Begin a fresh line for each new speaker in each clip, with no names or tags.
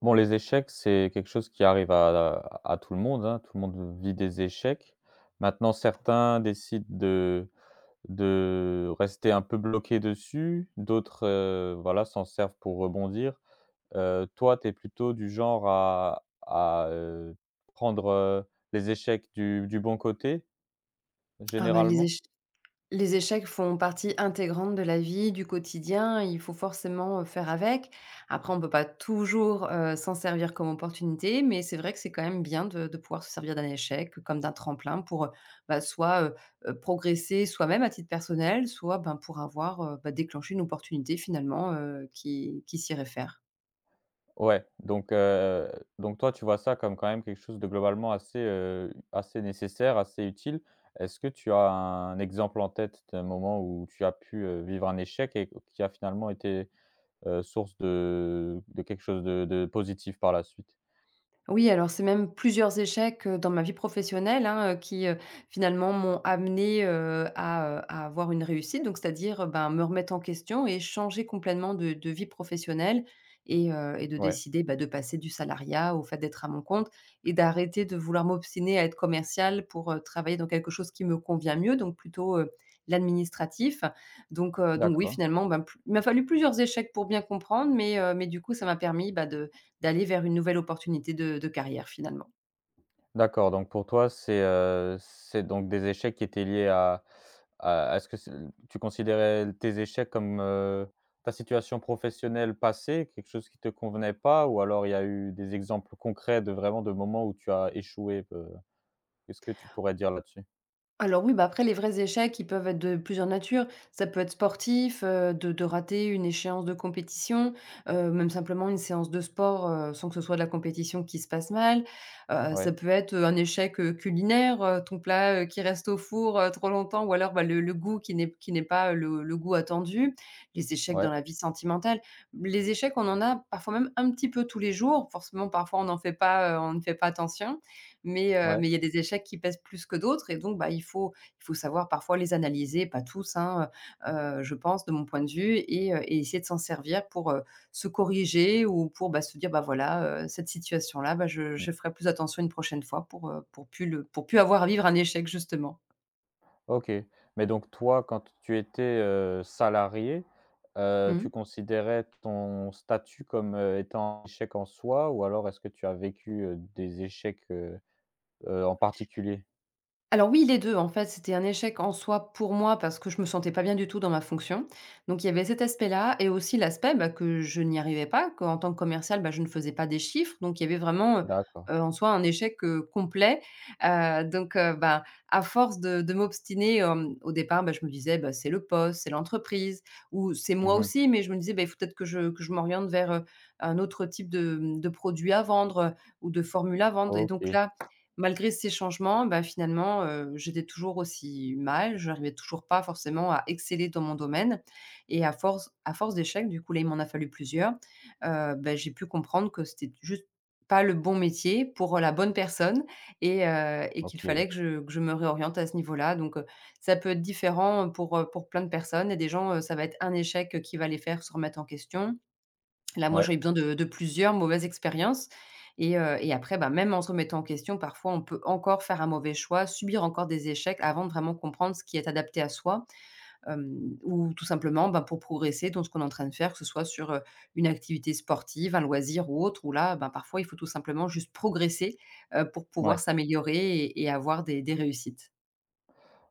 Bon, les échecs, c'est quelque chose qui arrive à tout le monde, hein. Tout le monde vit des échecs. Maintenant, certains décident de rester un peu bloqués dessus, d'autres, voilà, s'en servent pour rebondir. Toi, tu es plutôt du genre à prendre, les échecs du bon côté,
Ah bah les
généralement?
éch Les échecs font partie intégrante de la vie, du quotidien, il faut forcément, faire avec. Après on peut pas toujours, s'en servir comme opportunité, mais c'est vrai que c'est quand même bien de pouvoir se servir d'un échec comme d'un tremplin pour, bah, soit, heu progresser soi-même à titre personnel, soit, ben, pour avoir, bah, déclenché une opportunité finalement, qui s'y réfère.
Ouais, donc heu, donc toi, tu vois ça comme quand même quelque chose de globalement assez, assez nécessaire, assez utile. Est-ce que tu as un exemple en tête d'un moment où tu as pu, vivre un échec et qui a finalement été, source de quelque chose de positif par la suite?
Oui, alors c'est même plusieurs échecs, dans ma vie professionnelle, hein, qui, finalement m'ont amené à avoir une réussite, donc c'est-à-dire, ben, me remettre en question et changer complètement de vie professionnelle et de
Ouais,
décider, bah, de passer du salariat au fait d'être à mon compte et d'arrêter de vouloir m'obstiner à être commercial pour, travailler dans quelque chose qui me convient mieux, donc plutôt, l'administratif, donc oui,
d'accord.
finalement, ben, plu il m'a fallu plusieurs échecs pour bien comprendre, mais du coup, ça m'a permis, bah, de d'aller vers une nouvelle opportunité de carrière finalement.
D'accord, donc pour toi, c'est, c'est donc des échecs qui étaient liés à est-ce que c'est tu considérais tes échecs comme, ta situation professionnelle passée, quelque chose qui te convenait pas? Ou alors il y a eu des exemples concrets de vraiment de moments où tu as échoué, heu? Qu'est-ce que tu pourrais dire là-dessus?
Alors oui, bah, après les vrais échecs, ils peuvent être de plusieurs natures. Ça peut être sportif, de rater une échéance de compétition, même simplement une séance de sport, sans que ce soit de la compétition qui se passe mal. Ça
Ouais,
peut être, un échec, culinaire, ton plat, qui reste au four, trop longtemps ou alors, bah, le goût qui n'est pas le goût attendu. Les échecs dans
ouais,
la vie sentimentale. Les échecs, on en a parfois même un petit peu tous les jours. Forcément, parfois on n'en fait pas, on ne fait pas attention.
ouais.
Mais il y a des échecs qui pèsent plus que d'autres et donc bah, il faut savoir parfois les analyser, pas tous, hein, heu je pense de mon point de vue et essayer de s'en servir pour, se corriger ou pour, bah, se dire: «Bah, voilà, cette situation-là, bah, je
Mmh.
je ferai plus attention une prochaine fois pour plus le pour plus avoir à vivre un échec», justement.
OK. Mais donc toi, quand tu étais, salarié,
Mmh.
tu considérais ton statut comme, étant un échec en soi ou alors est-ce que tu as vécu, des échecs, en particulier?
Alors oui, les 2. En fait, c'était un échec en soi pour moi parce que je me sentais pas bien du tout dans ma fonction. Donc il y avait cet aspect-là et aussi l'aspect, bah, que je n'y arrivais pas, qu'en tant que commercial, bah, je ne faisais pas des chiffres. Donc il y avait vraiment,
D'accord.
en soi un échec, complet. Heu, donc heu, bah, à force de m'obstiner, au départ, bah, je me disais: «Bah, c'est le poste, c'est l'entreprise ou c'est moi
Mmh.
aussi», mais je me disais: «Bah, il faut peut-être que je m'oriente vers, un autre type de, de produit à vendre, ou de formule à vendre» et donc
OK,
là malgré ces changements, bah, finalement, j'étais toujours aussi mal. Je n'arrivais toujours pas forcément à exceller dans mon domaine et à force d'échecs, du coup, là, il m'en a fallu plusieurs, bah, j'ai pu comprendre que c'était juste pas le bon métier pour la bonne personne et qu'il fallait
OK.
que je me réoriente à ce niveau-là, ça peut être différent pour plein de personnes. Et des gens, ça va être un échec qui va les faire se remettre en question. Là, moi,
Ouais,
j'ai eu besoin de plusieurs mauvaises expériences et après, bah, même en se remettant en question, parfois, on peut encore faire un mauvais choix, subir encore des échecs avant de vraiment comprendre ce qui est adapté à soi, ou tout simplement, ben, pour progresser dans ce qu'on est en train de faire, que ce soit sur, une activité sportive, un loisir ou autre, où là, ben, parfois, il faut tout simplement juste progresser, pour
ouais.
pouvoir s'améliorer et avoir des réussites.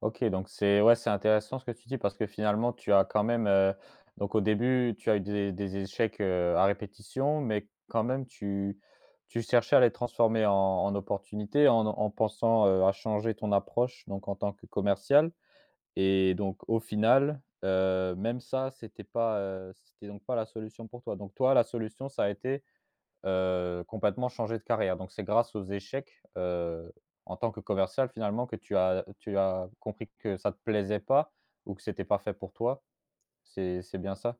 OK, donc c'est ouais, c'est intéressant ce que tu dis parce que finalement tu as quand même, donc au début tu as eu des échecs, à répétition, mais quand même tu cherchais à les transformer en opportunités en pensant, à changer ton approche donc en tant que commercial et donc au final, même ça c'était pas, c'était donc pas la solution pour toi. Donc toi la solution ça a été complètement changer de carrière. Donc c'est grâce aux échecs, en tant que commercial finalement que tu as compris que ça te plaisait pas ou que c'était pas fait pour toi? C'est bien ça?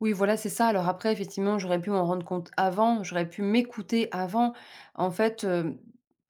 Oui, voilà, c'est ça. Alors après, effectivement, j'aurais pu m'en rendre compte avant, j'aurais pu m'écouter avant. En fait,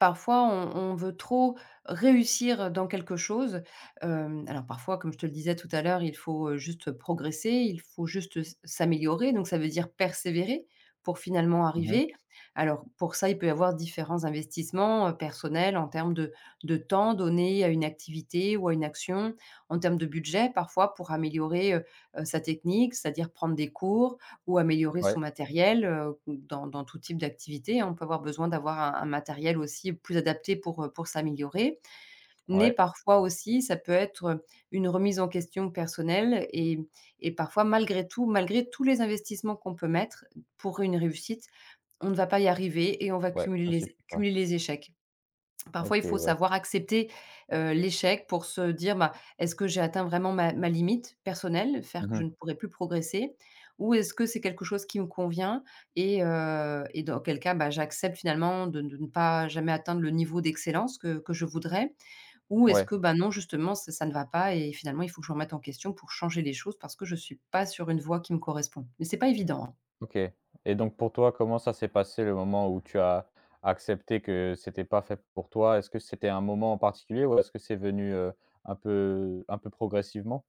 parfois, on veut trop réussir dans quelque chose. Hem, alors parfois, comme je te le disais tout à l'heure, il faut, juste progresser, il faut juste s'améliorer, donc ça veut dire persévérer pour finalement
Mmh.
arriver. Alors pour ça, il peut y avoir différents investissements, personnels en termes de temps donné à une activité ou à une action, en termes de budget parfois pour améliorer, sa technique, c'est-à-dire prendre des cours ou améliorer son
Ouais,
matériel, dans tout type d'activité, hein. On peut avoir besoin d'avoir un matériel aussi plus adapté pour s'améliorer. Mais
ouais,
parfois aussi, ça peut être une remise en question personnelle et parfois malgré tout, malgré tous les investissements qu'on peut mettre pour une réussite, on ne va pas y arriver et on va
ouais, ça suffit pas.
cumuler les échecs. Parfois, il
OK,
faut
ouais.
savoir accepter, l'échec pour se dire: «Bah, est-ce que j'ai atteint vraiment ma limite personnelle? Faire que je
Mmh.
ne pourrai plus progresser? Ou est-ce que c'est quelque chose qui me convient?» Et et dans quel cas, bah, j'accepte finalement de ne pas jamais atteindre le niveau d'excellence que je voudrais? Ou est-ce
Ouais,
que, bah, non, justement, ça ne va pas et finalement, il faut que je remette en question pour changer les choses parce que je ne suis pas sur une voie qui me correspond? Mais c'est pas évident, hein.
OK. Et donc pour toi, comment ça s'est passé le moment où tu as accepté que c'était pas fait pour toi? Est-ce que c'était un moment en particulier ou est-ce que c'est venu, un peu progressivement?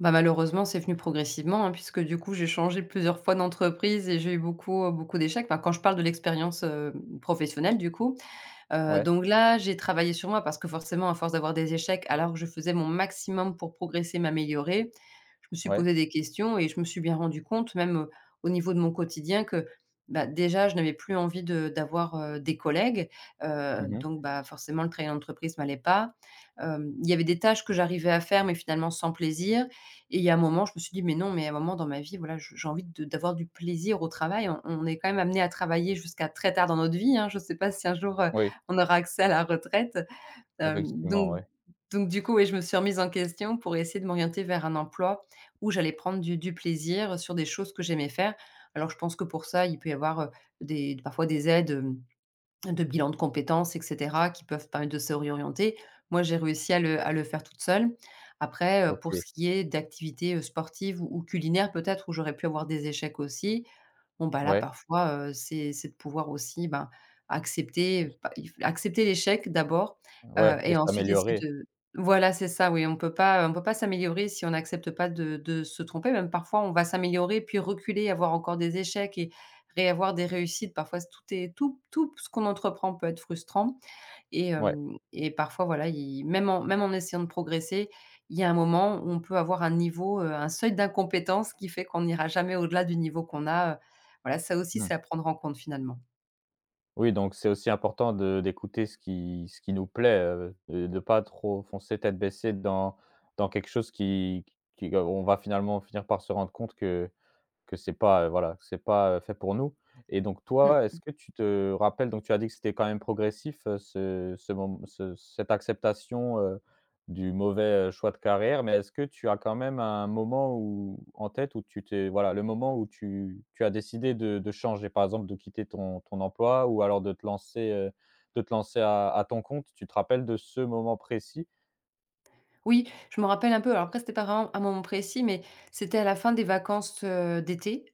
Bah, malheureusement, c'est venu progressivement, hein, puisque du coup, j'ai changé plusieurs fois d'entreprise et j'ai eu beaucoup, beaucoup d'échecs. Enfin, quand je parle de l'expérience, professionnelle du coup,
Ouais,
donc là, j'ai travaillé sur moi parce que forcément, à force d'avoir des échecs, alors que je faisais mon maximum pour progresser, m'améliorer, je me suis
ouais.
posé des questions et je me suis bien rendu compte, même, au niveau de mon quotidien que, bah, déjà, je n'avais plus envie de d'avoir, des collègues,
Mmh.
donc bah, forcément, le travail en entreprise ne m'allait pas. Hem, il y avait des tâches que j'arrivais à faire, mais finalement sans plaisir et il y a un moment, je me suis dit: «Mais non, mais à un moment dans ma vie, voilà, je j'ai envie de d'avoir du plaisir au travail». On est quand même amené à travailler jusqu'à très tard dans notre vie, hein. Je ne sais pas si un jour,
Oui,
on aura accès à la retraite. Hem,
effectivement,
donc
ouais.
donc du coup, oui, je me suis remise en question pour essayer de m'orienter vers un emploi où j'allais prendre du plaisir sur des choses que j'aimais faire. Alors je pense que pour ça, il peut y avoir, des parfois des aides, de bilan de compétences, et cetera, qui peuvent permettre de se réorienter. Moi, j'ai réussi à le faire toute seule. Après, pour
OK.
ce qui est d'activités, sportives ou culinaires peut-être, où j'aurais pu avoir des échecs aussi, bon, bah, là,
Ouais.
parfois, c'est de pouvoir aussi, ben, accepter, bah, il f accepter l'échec d'abord,
Ouais et
et ensuite essayer
s'améliorer.
de voilà, c'est ça, oui, on peut pas s'améliorer si on n'accepte pas de se tromper. Même parfois, on va s'améliorer, puis reculer, avoir encore des échecs et réavoir des réussites. Parfois, tout ce qu'on entreprend peut être frustrant et
Ouais.
hem et parfois, voilà, il même en essayant de progresser, il y a un moment où on peut avoir un niveau, un seuil d'incompétence qui fait qu'on n'ira jamais au-delà du niveau qu'on a, voilà, ça aussi,
Mmh.
c'est à prendre en compte finalement.
Oui, donc c'est aussi important de d'écouter ce qui nous plaît, et de pas trop foncer tête baissée dans quelque chose qui on va finalement finir par se rendre compte que c'est pas, voilà, que c'est pas, fait pour nous. Et donc toi,
Mmh.
est-ce que tu te rappelles donc tu as dit que c'était quand même progressif, ce cette acceptation, du mauvais, choix de carrière, mais est-ce que tu as quand même un moment où en tête où tu t'es voilà, le moment où tu as décidé de changer, par exemple de quitter ton emploi ou alors de te lancer, de te lancer à ton compte? Tu te rappelles de ce moment précis?
Oui, je me rappelle un peu, alors après, c'était pas vraiment un moment précis, mais c'était à la fin des vacances, d'été,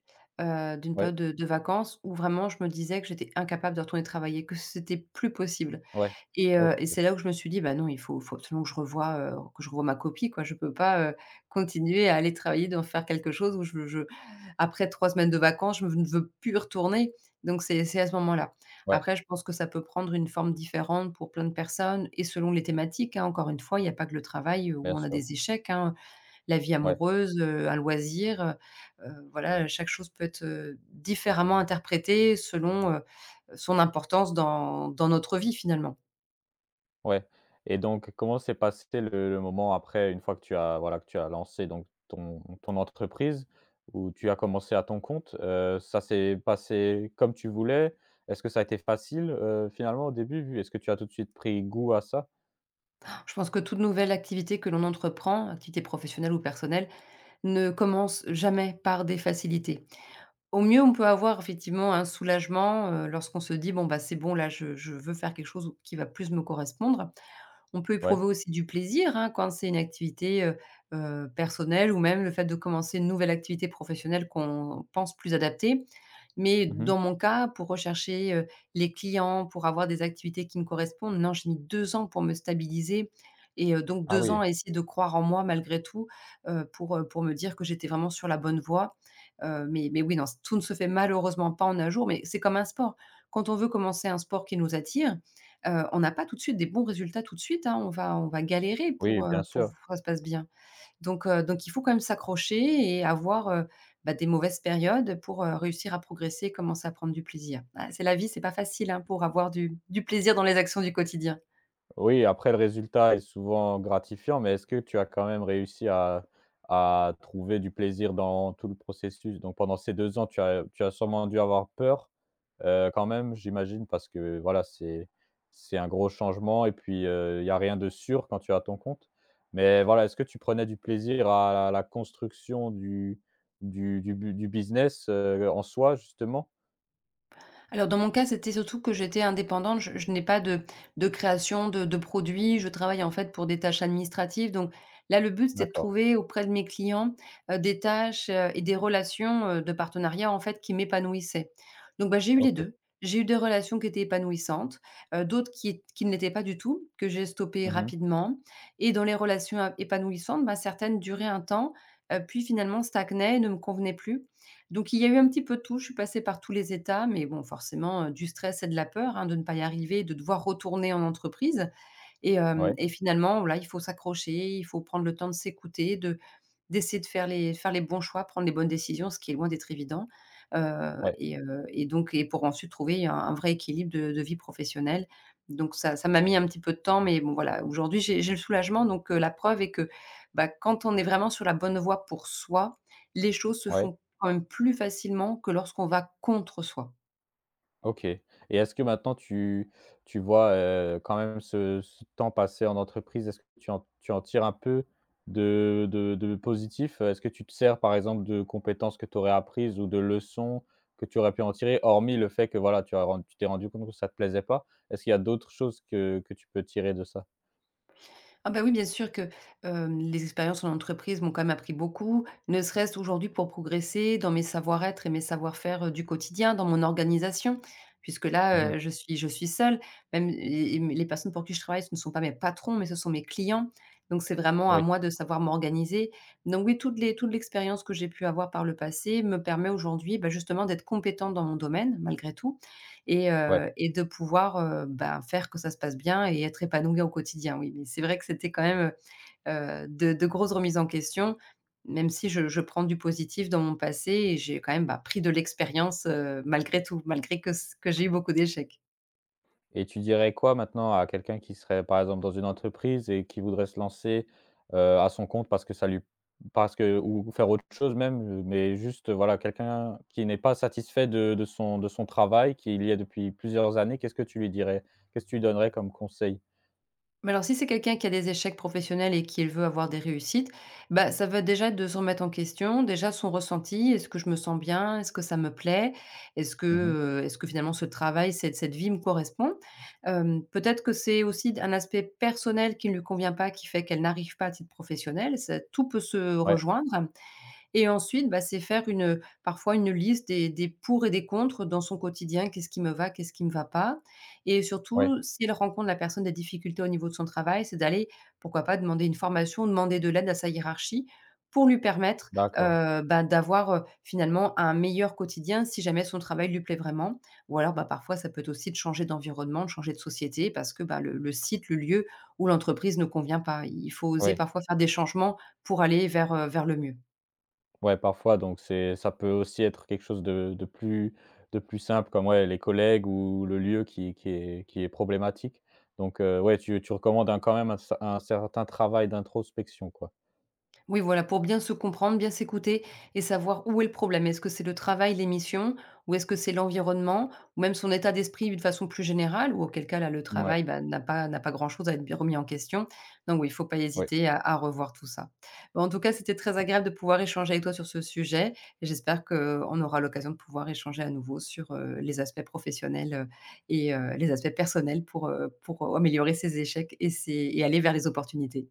d'une période
Ouais,
de vacances où vraiment je me disais que j'étais incapable de retourner travailler, que c'était plus possible.
ouais, OK,
Et c'est là où je me suis dit: «Bah non, il faut faut absolument que je revoie ma copie, quoi. Je peux pas, continuer à aller travailler, d'en faire quelque chose où je après 3 semaines de vacances, je ne veux plus y retourner». Donc c'est à ce moment-là.
ouais,
Après, je pense que ça peut prendre une forme différente pour plein de personnes et selon les thématiques, hein. Encore une fois, il y a pas que le travail où
bien
on a
sûr,
des échecs, hein. La vie
ouais.
amoureuse, un loisir, voilà, chaque chose peut être, différemment interprétée selon, son importance dans notre vie, finalement.
Ouais et donc comment s'est passé le moment après, une fois que tu as voilà, que tu as lancé donc ton entreprise, où tu as commencé à ton compte? Ça s'est passé comme tu voulais? Est-ce que ça a été facile, finalement au début vu est-ce que tu as tout de suite pris goût à ça?
Je pense que toute nouvelle activité que l'on entreprend, activité professionnelle ou personnelle, ne commence jamais par des facilités. Au mieux, on peut avoir effectivement un soulagement, lorsqu'on se dit: «Bon, bah, c'est bon, là, je veux faire quelque chose qui va plus me correspondre». On peut
Ouais.
éprouver aussi du plaisir, hein, quand c'est une activité, personnelle ou même le fait de commencer une nouvelle activité professionnelle qu'on pense plus adaptée, mais
Mmh.
dans mon cas, pour rechercher, les clients, pour avoir des activités qui me correspondent, non, j'ai mis 2 ans pour me stabiliser et donc
Ah
2 ans
oui,
à essayer de croire en moi malgré tout, pour me dire que j'étais vraiment sur la bonne voie. Mais oui, non, tout ne se fait malheureusement pas en un jour, mais c'est comme un sport. Quand on veut commencer un sport qui nous attire, on n'a pas tout de suite des bons résultats tout de suite, hein. On va galérer
oui bien
pour que
sûr.
ça se passe bien. Donc il faut quand même s'accrocher et avoir, bah, des mauvaises périodes pour, réussir à progresser et commencer à prendre du plaisir. Ah, c'est la vie, c'est pas facile, hein, pour avoir du plaisir dans les actions du quotidien.
Oui, après le résultat est souvent gratifiant, mais est-ce que tu as quand même réussi à trouver du plaisir dans tout le processus? Donc pendant ces 2 ans, tu as sûrement dû avoir peur, quand même, j'imagine, parce que voilà, c'est un gros changement et puis, il y a rien de sûr quand tu as ton compte. Mais voilà, est-ce que tu prenais du plaisir à la construction du business, en soi, justement?
Alors dans mon cas, c'était surtout que j'étais indépendante, je n'ai pas de création de produits, je travaille en fait pour des tâches administratives donc là, le but, c'était de
D'accord,
trouver auprès de mes clients, des tâches, et des relations, de partenariat en fait qui m'épanouissaient. Donc bah, j'ai eu les
OK.
2. J'ai eu des relations qui étaient épanouissantes, d'autres qui ne l'étaient pas du tout, que j'ai stoppées
Mmh.
rapidement, et dans les relations a épanouissantes, bah, certaines duraient un temps, puis finalement stagnaient et ne me convenaient plus. Donc il y a eu un petit peu de tout, je suis passée par tous les états, mais bon, forcément, du stress et de la peur, hein, de ne pas y arriver, de devoir retourner en entreprise et hem
Ouais,
et finalement, voilà, il faut s'accrocher, il faut prendre le temps de s'écouter, de d'essayer de faire les bons choix, prendre les bonnes décisions, ce qui est loin d'être évident, heu
ouais,
et heu et donc et pour ensuite trouver un vrai équilibre de vie professionnelle. Donc ça m'a mis un petit peu de temps, mais bon voilà, aujourd'hui, j'ai le soulagement, donc la preuve est que, bah, quand on est vraiment sur la bonne voie pour soi, les choses se
ouais.
font quand même plus facilement que lorsqu'on va contre soi.
OK et est-ce que maintenant tu vois, quand même ce temps passé en entreprise, est-ce que tu en tires un peu de positif? Est-ce que tu te sers, par exemple, de compétences que tu aurais apprises ou de leçons que tu aurais pu en tirer? Hormis le fait que, voilà, tu t'es rendu compte que ça ne te plaisait pas. Est-ce qu'il y a d'autres choses que tu peux tirer de ça?
Ah bah, oui, bien sûr que, les expériences en entreprise m'ont quand même appris beaucoup, ne serait-ce aujourd'hui pour progresser dans mes savoir-être et mes savoir-faire, du quotidien, dans mon organisation. Puisque là,
Mmh.
je suis seule, même et les personnes pour qui je travaille, ce ne sont pas mes patrons, mais ce sont mes clients. Donc c'est vraiment à
Oui.
moi de savoir m'organiser. Donc oui, toute l'expérience que j'ai pu avoir par le passé me permet aujourd'hui, bah, justement d'être compétente dans mon domaine, malgré tout, et
Ouais.
heu et de pouvoir, ben, faire que ça se passe bien et être épanoui au quotidien, oui. Mais c'est vrai que c'était quand même, de grosses remises en question, même si je prends du positif dans mon passé et j'ai quand même, bah, pris de l'expérience, malgré tout, malgré que j'ai eu beaucoup d'échecs.
Et tu dirais quoi maintenant à quelqu'un qui serait, par exemple, dans une entreprise et qui voudrait se lancer, à son compte parce que ça lui parce que ou faire autre chose même, mais juste, voilà, quelqu'un qui n'est pas satisfait de son travail, qui il y a depuis plusieurs années, qu'est-ce que tu lui dirais? Qu'est-ce que tu lui donnerais comme conseil?
Mais alors si c'est quelqu'un qui a des échecs professionnels et qu'il veut avoir des réussites, bah, ça va déjà être de se remettre en question, déjà son ressenti: «Est-ce que je me sens bien? Est-ce que ça me plaît? Est-ce que,
Mmh.
est-ce que finalement ce travail, cette vie me correspond ?» Peut-être que c'est aussi un aspect personnel qui ne lui convient pas, qui fait qu'elle n'arrive pas à titre professionnel, ça tout peut se
Ouais,
rejoindre. Et ensuite, bah, parfois une liste des pour et des contre dans son quotidien. Qu'est-ce qui me va? Qu'est-ce qui me va pas? Et
ouais,
surtout, si elle rencontre, la personne, des difficultés au niveau de son travail, c'est d'aller, pourquoi pas, demander une formation, demander de l'aide à sa hiérarchie pour lui permettre,
d'accord.
bah, d'avoir, finalement un meilleur quotidien si jamais son travail lui plaît vraiment. Ou alors, bah, parfois, ça peut être aussi de changer d'environnement, de changer de société parce que, bah, le site, le lieu ou l'entreprise ne convient pas. Il faut oser
Ouais.
parfois faire des changements pour aller vers, vers le mieux.
Ouais, parfois, donc c'est ça peut aussi être quelque chose de plus simple comme, ouais, les collègues ou le lieu qui est problématique. Donc ouais, tu recommandes un quand même un certain travail d'introspection, quoi?
Oui, voilà, pour bien se comprendre, bien s'écouter et savoir où est le problème. Est-ce que c'est le travail, les missions, ou est-ce que c'est l'environnement, ou même son état d'esprit de façon plus générale, ou auquel cas là, le
Ouais,
travail bah, n'a pas, n'a pas grand-chose à être bien remis en question. Donc oui, il ne faut pas
ouais.
hésiter à revoir tout ça. Bon, en tout cas, c'était très agréable de pouvoir échanger avec toi sur ce sujet, et j'espère qu'on aura l'occasion de pouvoir échanger à nouveau sur les aspects professionnels et les aspects personnels pour améliorer ses échecs et aller vers les opportunités.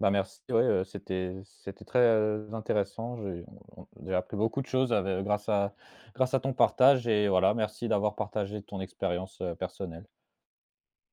Bah, merci, ouais, c'était très, intéressant. J'ai appris beaucoup de choses ave grâce à grâce à ton partage et voilà, merci d'avoir partagé ton expérience, personnelle.